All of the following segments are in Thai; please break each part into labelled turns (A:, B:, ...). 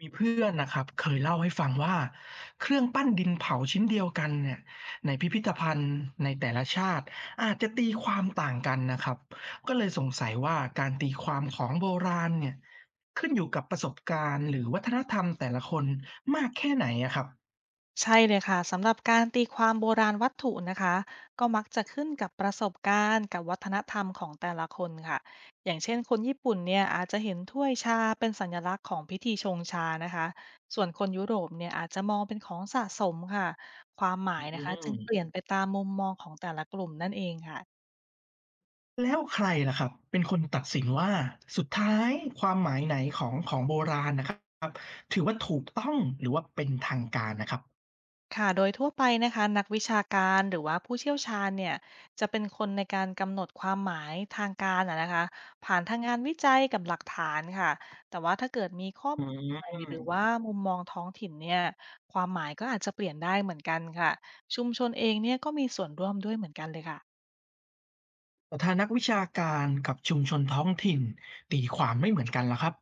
A: มีเพื่อนนะครับเคยเล่าให้ฟังว่าเครื่องปั้นดินเผาชิ้นเดียวกันเนี่ยในพิพิธภัณฑ์ในแต่ละชาติอาจจะตีความต่างกันนะครับก็เลยสงสัยว่าการตีความของโบราณเนี่ยขึ้นอยู่กับประสบการณ์หรือวัฒนธรรมแต่ละคนมากแค่ไหนอะครับ
B: ใช่เลยค่ะสำหรับการตีความโบราณวัตถุนะคะก็มักจะขึ้นกับประสบการณ์กับวัฒนธรรมของแต่ละคนค่ะอย่างเช่นคนญี่ปุ่นเนี่ยอาจจะเห็นถ้วยชาเป็นสัญลักษณ์ของพิธีชงชานะคะส่วนคนยุโรปเนี่ยอาจจะมองเป็นของสะสมค่ะความหมา
A: อื
B: ยนะคะจึงเป
A: ม
B: ลี่ยนไปตามมุมมองของแต่ละกลุ่มนั่นเองค่ะ
A: แล้วใครล่ะครับเป็นคนตัดสินว่าสุดท้ายความหมายไหนของของโบราณนะครับถือว่าถูกต้องหรือว่าเป็นทางการนะครับ
B: ค่ะโดยทั่วไปนะคะนักวิชาการหรือว่าผู้เชี่ยวชาญเนี่ยจะเป็นคนในการกำหนดความหมายทางการอะนะคะผ่านทางงานวิจัยกับหลักฐานค่ะแต่ว่าถ้าเกิดมีข้อ
A: อื
B: มูลใหม่หรือว่า
A: ม
B: มุมมองท้องถิ่นเนี่ยความหมายก็อาจจะเปลี่ยนได้เหมือนกันค่ะชุมชนเองเนี่ยก็มีส่วนร่วมด้วยเหมือนกันเลยค่ะ
A: แต่ธานนักวิชาการกับชุมชนท้องถิ่นตีความไม่เหมือนกันแล้วครับ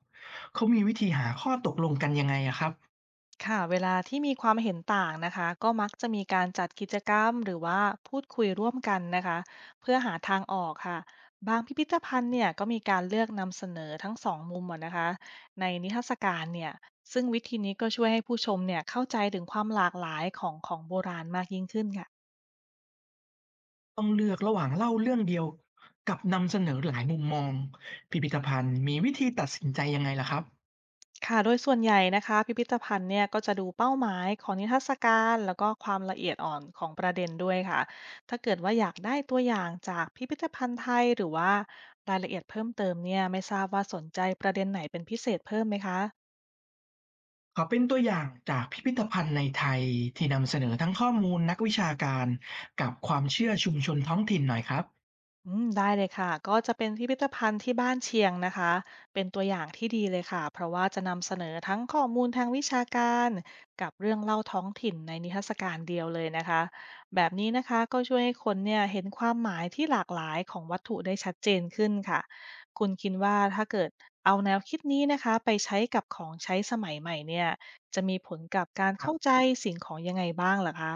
A: เขามีวิธีหาข้อตกลงกันยังไงอะครับ
B: ค่ะเวลาที่มีความเห็นต่างนะคะก็มักจะมีการจัดกิจกรรมหรือว่าพูดคุยร่วมกันนะคะเพื่อหาทางออกค่ะบางพิพิธภัณฑ์เนี่ยก็มีการเลือกนำเสนอทั้งสองมุมอะนะคะในนิทรรศการเนี่ยซึ่งวิธีนี้ก็ช่วยให้ผู้ชมเนี่ยเข้าใจถึงความหลากหลายของของโบราณมากยิ่งขึ้นค่ะ
A: ต้องเลือกระหว่างเล่าเรื่องเดียวกับนำเสนอหลายมุมมองพิพิธภัณฑ์มีวิธีตัดสินใจยังไงล่ะครับ
B: ค่ะโดยส่วนใหญ่นะคะพิพิธภัณฑ์เนี่ยก็จะดูเป้าหมายของนิทรรศการแล้วก็ความละเอียดอ่อนของประเด็นด้วยค่ะถ้าเกิดว่าอยากได้ตัวอย่างจากพิพิธภัณฑ์ไทยหรือว่ารายละเอียดเพิ่มเติมเนี่ยไม่ทราบว่าสนใจประเด็นไหนเป็นพิเศษเพิ่มไหมคะ
A: ขอเป็นตัวอย่างจากพิพิธภัณฑ์ในไทยที่นำเสนอทั้งข้อมูลนักวิชาการกับความเชื่อชุมชนท้องถิ่นหน่อยครับ
B: อืมได้เลยค่ะก็จะเป็นพิพิธภัณฑ์ที่บ้านเชียงนะคะเป็นตัวอย่างที่ดีเลยค่ะเพราะว่าจะนำเสนอทั้งข้อมูลทางวิชาการกับเรื่องเล่าท้องถิ่นในนิทรรศการเดียวเลยนะคะแบบนี้นะคะก็ช่วยให้คนเนี่ยเห็นความหมายที่หลากหลายของวัตถุได้ชัดเจนขึ้นค่ะคุณคิดว่าถ้าเกิดเอาแนวคิดนี้นะคะไปใช้กับของใช้สมัยใหม่เนี่ยจะมีผลกับการเข้าใจสิ่งของยังไงบ้างเหรอคะ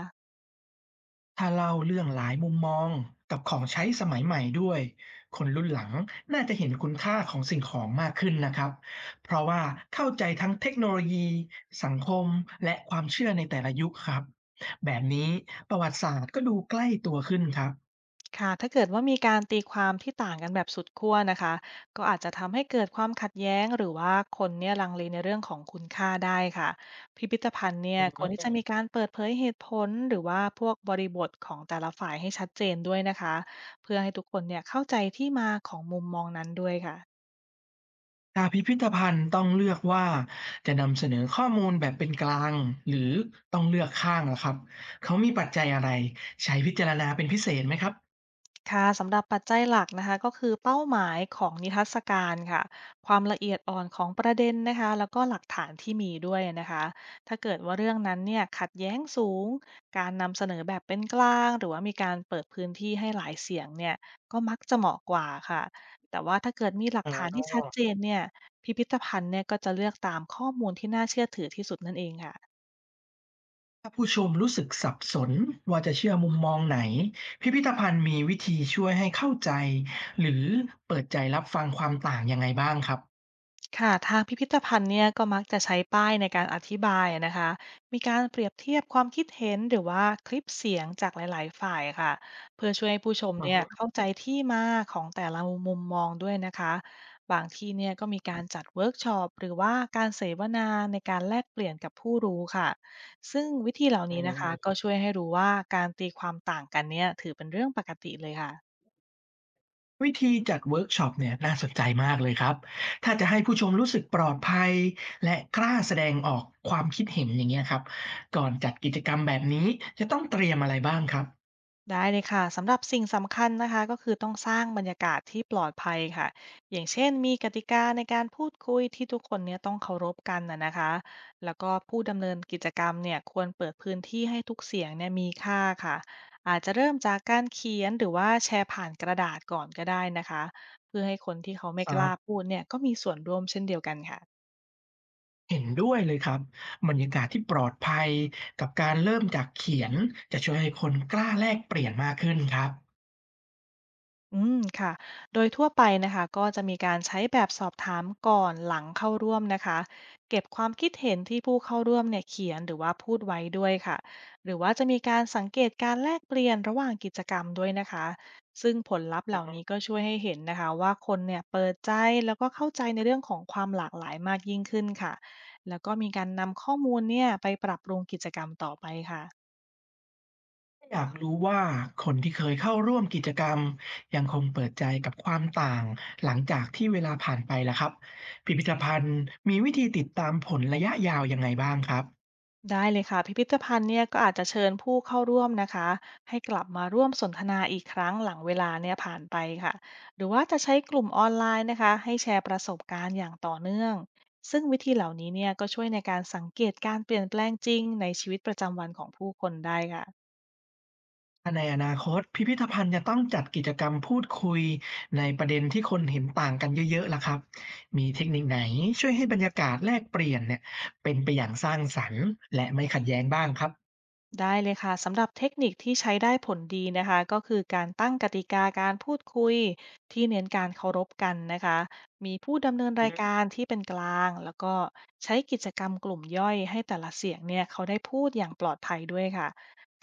A: ถ้าเล่าเรื่องหลายมุมมองกับของใช้สมัยใหม่ด้วยคนรุ่นหลังน่าจะเห็นคุณค่าของสิ่งของมากขึ้นนะครับเพราะว่าเข้าใจทั้งเทคโนโลยีสังคมและความเชื่อในแต่ละยุคครับแบบนี้ประวัติศาสตร์ก็ดูใกล้ตัวขึ้นครับ
B: ค่ะถ้าเกิดว่ามีการตีความที่ต่างกันแบบสุดขั้วนะคะก็อาจจะทำให้เกิดความขัดแย้งหรือว่าคนเนี่ยลังเลในเรื่องของคุณค่าได้ค่ะพิพิธภัณฑ์เนี่ยควรที่จะมีการเปิดเผยเหตุผลหรือว่าพวกบริบทของแต่ละฝ่ายให้ชัดเจนด้วยนะคะเพื่อให้ทุกคนเนี่ยเข้าใจที่มาของมุมมองนั้นด้วยค่ะ
A: ถ้าพิพิธภัณฑ์ต้องเลือกว่าจะนำเสนอข้อมูลแบบเป็นกลางหรือต้องเลือกข้างล่ะครับเขามีปัจจัยอะไรใช้พิจารณาเป็นพิเศษไหมครั
B: ค่ะสำหรับปัจจัยหลักนะคะก็คือเป้าหมายของนิทรรศการค่ะความละเอียดอ่อนของประเด็นนะคะแล้วก็หลักฐานที่มีด้วยนะคะถ้าเกิดว่าเรื่องนั้นเนี่ยขัดแย้งสูงการนำเสนอแบบเป็นกลางหรือว่ามีการเปิดพื้นที่ให้หลายเสียงเนี่ยก็มักจะเหมาะกว่าค่ะแต่ว่าถ้าเกิดมีหลักฐานที่
A: บ
B: ชัดเจนเนี่ยพิพิธภัณฑ์เนี่ยก็จะเลือกตามข้อมูลที่น่าเชื่อถือที่สุดนั่นเองค่ะ
A: ถ้าผู้ชมรู้สึกสับสนว่าจะเชื่อมุมมองไหนพิพิธภัณฑ์มีวิธีช่วยให้เข้าใจหรือเปิดใจรับฟังความต่างยังไงบ้างครับ
B: ค่ะทางพิพิธภัณฑ์เนี่ยก็มักจะใช้ป้ายในการอธิบายอะนะคะมีการเปรียบเทียบความคิดเห็นหรือว่าคลิปเสียงจากหลายๆฝ่ายค่ะเพื่อช่วยให้ผู้ชม
A: อือ
B: เนี่ย
A: ฮึ
B: เข้าใจที่มาของแต่ละมุมมองด้วยนะคะบางที่เนี่ยก็มีการจัดเวิร์กช็อปหรือว่าการเสวนาในการแลกเปลี่ยนกับผู้รู้ค่ะซึ่งวิธีเหล่า
A: อื
B: นี้นะคะก็
A: ม
B: ช่วยให้รู้ว่าการตีความต่างกันเนี่ยถือเป็นเรื่องปกติเลยค่ะ
A: วิธีจัดเวิร์กช็อปเนี่ยน่าสนใจมากเลยครับถ้าจะให้ผู้ชมรู้สึกปลอดภัยและกล้าแสดงออกความคิดเห็นอย่างเงี้ยครับก่อนจัดกิจกรรมแบบนี้จะต้องเตรียมอะไรบ้างครับ
B: ได้เลยค่ะสำหรับสิ่งสำคัญนะคะก็คือต้องสร้างบรรยากาศที่ปลอดภัยค่ะอย่างเช่นมีกติกาในการพูดคุยที่ทุกคนเนี่ยต้องเคารพกันนะคะแล้วก็ผู้ดำเนินกิจกรรมเนี่ยควรเปิดพื้นที่ให้ทุกเสียงเนี่ยมีค่าค่ะอาจจะเริ่มจากการเขียนหรือว่าแชร์ผ่านกระดาษก่อนก็ได้นะคะเพื่อให้คนที่เขาไม่
A: อ๋
B: กล้า
A: อ
B: พูดเนี่ยก็มีส่วนร่วมเช่นเดียวกันค่ะ
A: เห็นด้วยเลยครับบรรยากาศที่ปลอดภัยกับการเริ่มจากเขียนจะช่วยให้คนกล้าแลกเปลี่ยนมากขึ้นครับ
B: อืมค่ะโดยทั่วไปนะคะก็จะมีการใช้แบบสอบถามก่อนหลังเข้าร่วมนะคะเก็บความคิดเห็นที่ผู้เข้าร่วมเนี่ยเขียนหรือว่าพูดไว้ด้วยค่ะหรือว่าจะมีการสังเกตการแลกเปลี่ยนระหว่างกิจกรรมด้วยนะคะซึ่งผลลัพธ์เหล่านี้ก็ช่วยให้เห็นนะคะว่าคนเนี่ยเปิดใจแล้วก็เข้าใจในเรื่องของความหลากหลายมากยิ่งขึ้นค่ะแล้วก็มีการนำข้อมูลเนี่ยไปปรับปรุงกิจกรรมต่อไปค่ะ
A: อยากรู้ว่าคนที่เคยเข้าร่วมกิจกรรมยังคงเปิดใจกับความต่างหลังจากที่เวลาผ่านไปล่ะครับพิพิธภัณฑ์มีวิธีติดตามผลระยะยาวยังไงบ้างครับ
B: ได้เลยค่ะพิพิธภัณฑ์เนี่ยก็อาจจะเชิญผู้เข้าร่วมนะคะให้กลับมาร่วมสนทนาอีกครั้งหลังเวลาเนี่ยผ่านไปค่ะหรือว่าจะใช้กลุ่มออนไลน์นะคะให้แชร์ประสบการณ์อย่างต่อเนื่องซึ่งวิธีเหล่านี้เนี่ยก็ช่วยในการสังเกตการเปลี่ยนแปลงจริงในชีวิตประจำวันของผู้คนได้ค่ะ
A: ถ้าในอนาคตพิพิธภัณฑ์จะต้องจัดกิจกรรมพูดคุยในประเด็นที่คนเห็นต่างกันเยอะๆล่ะครับมีเทคนิคไหนช่วยให้บรรยากาศแลกเปลี่ยนเนี่ยเป็นไปอย่างสร้างสรรค์และไม่ขัดแย้งบ้างครับ
B: ได้เลยค่ะสำหรับเทคนิคที่ใช้ได้ผลดีนะคะก็คือการตั้งกติกาการพูดคุยที่เน้นการเคารพกันนะคะมีผู้ดำเนิน
A: อือ
B: ราย
A: ฮึ
B: การที่เป็นกลางแล้วก็ใช้กิจกรรมกลุ่มย่อยให้แต่ละเสียงเนี่ยเขาได้พูดอย่างปลอดภัยด้วยค่ะ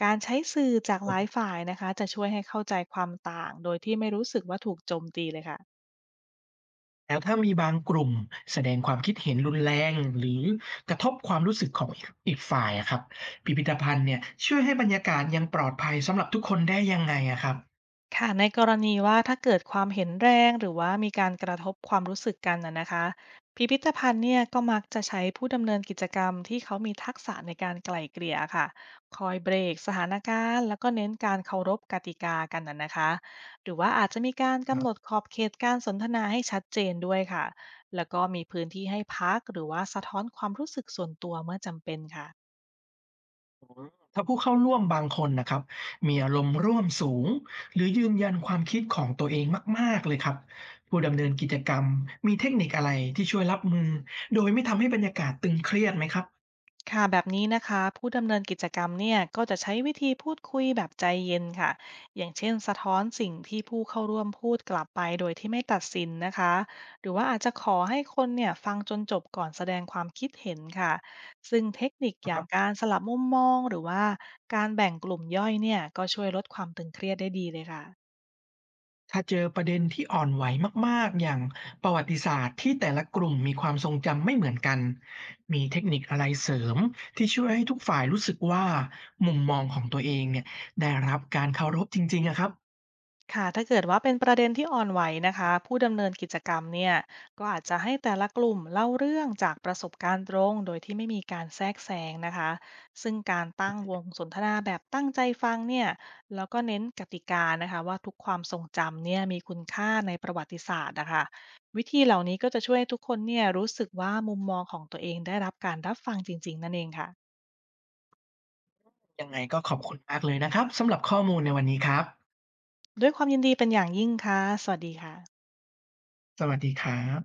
B: การใช้สื่อจาก
A: ผ
B: หลาย
A: ม
B: ฝ่ายนะคะจะช่วยให้เข้าใจความต่างโดยที่ไม่รู้สึกว่าถูกโจมตีเลยค่ะ
A: แล้วถ้ามีบางกลุ่มแสดงความคิดเห็นรุนแรงหรือกระทบความรู้สึกของอีกฝ่ายอะครับพิพิธภัณฑ์เนี่ยช่วยให้บรรยากาศยังปลอดภัยสำหรับทุกคนได้ยังไงอะครับ
B: ค่ะในกรณีว่าถ้าเกิดความเห็นแรงหรือว่ามีการกระทบความรู้สึกกันนะคะพิพิธภัณฑ์เนี่ยก็มักจะใช้ผู้ดำเนินกิจกรรมที่เขามีทักษะในการไกล่เกลี่ยค่ะคอยเบรกสถานการณ์แล้วก็เน้นการเคารพกติกากันนะคะหรือว่าอาจจะมีการกำหนดขอบเขตการสนทนาให้ชัดเจนด้วยค่ะแล้วก็มีพื้นที่ให้พักหรือว่าสะท้อนความรู้สึกส่วนตัวเมื่อจำเป็นค่ะ
A: ถ้าผู้เข้าร่วมบางคนนะครับมีอารมณ์ร่วมสูงหรือยืนยันความคิดของตัวเองมากๆเลยครับผู้ดำเนินกิจกรรมมีเทคนิคอะไรที่ช่วยรับมือโดยไม่ทำให้บรรยากาศตึงเครียดไหมครับ
B: ค่ะแบบนี้นะคะผู้ดำเนินกิจกรรมเนี่ยก็จะใช้วิธีพูดคุยแบบใจเย็นค่ะอย่างเช่นสะท้อนสิ่งที่ผู้เข้าร่วมพูดกลับไปโดยที่ไม่ตัดสินนะคะหรือว่าอาจจะขอให้คนเนี่ยฟังจนจบก่อนแสดงความคิดเห็นค่ะซึ่งเทคนิคอย่างการสลับมุมมองหรือว่าการแบ่งกลุ่มย่อยเนี่ยก็ช่วยลดความตึงเครียดได้ดีเลยค่ะ
A: ถ้าเจอประเด็นที่อ่อนไหวมากๆอย่างประวัติศาสตร์ที่แต่ละกลุ่มมีความทรงจำไม่เหมือนกันมีเทคนิคอะไรเสริมที่ช่วยให้ทุกฝ่ายรู้สึกว่ามุมมองของตัวเองเนี่ยได้รับการเคารพจริงๆอะครับ
B: ค่ะถ้าเกิดว่าเป็นประเด็นที่อ่อนไหวนะคะผู้ดำเนินกิจกรรมเนี่ยก็อาจจะให้แต่ละกลุ่มเล่าเรื่องจากประสบการณ์ตรงโดยที่ไม่มีการแทรกแซงนะคะซึ่งการตั้งวงสนทนาแบบตั้งใจฟังเนี่ยแล้วก็เน้นกติกานะคะว่าทุกความทรงจำเนี่ยมีคุณค่าในประวัติศาสตร์นะคะวิธีเหล่านี้ก็จะช่วยให้ทุกคนเนี่ยรู้สึกว่ามุมมองของตัวเองได้รับการรับฟังจริงๆนั่นเองค่ะ
A: ยังไงก็ขอบคุณมากเลยนะครับสำหรับข้อมูลในวันนี้ครับ
B: ด้วยความยินดีเป็นอย่างยิ่งค่ะสวัสดีค่ะ
A: สวัสดีครับ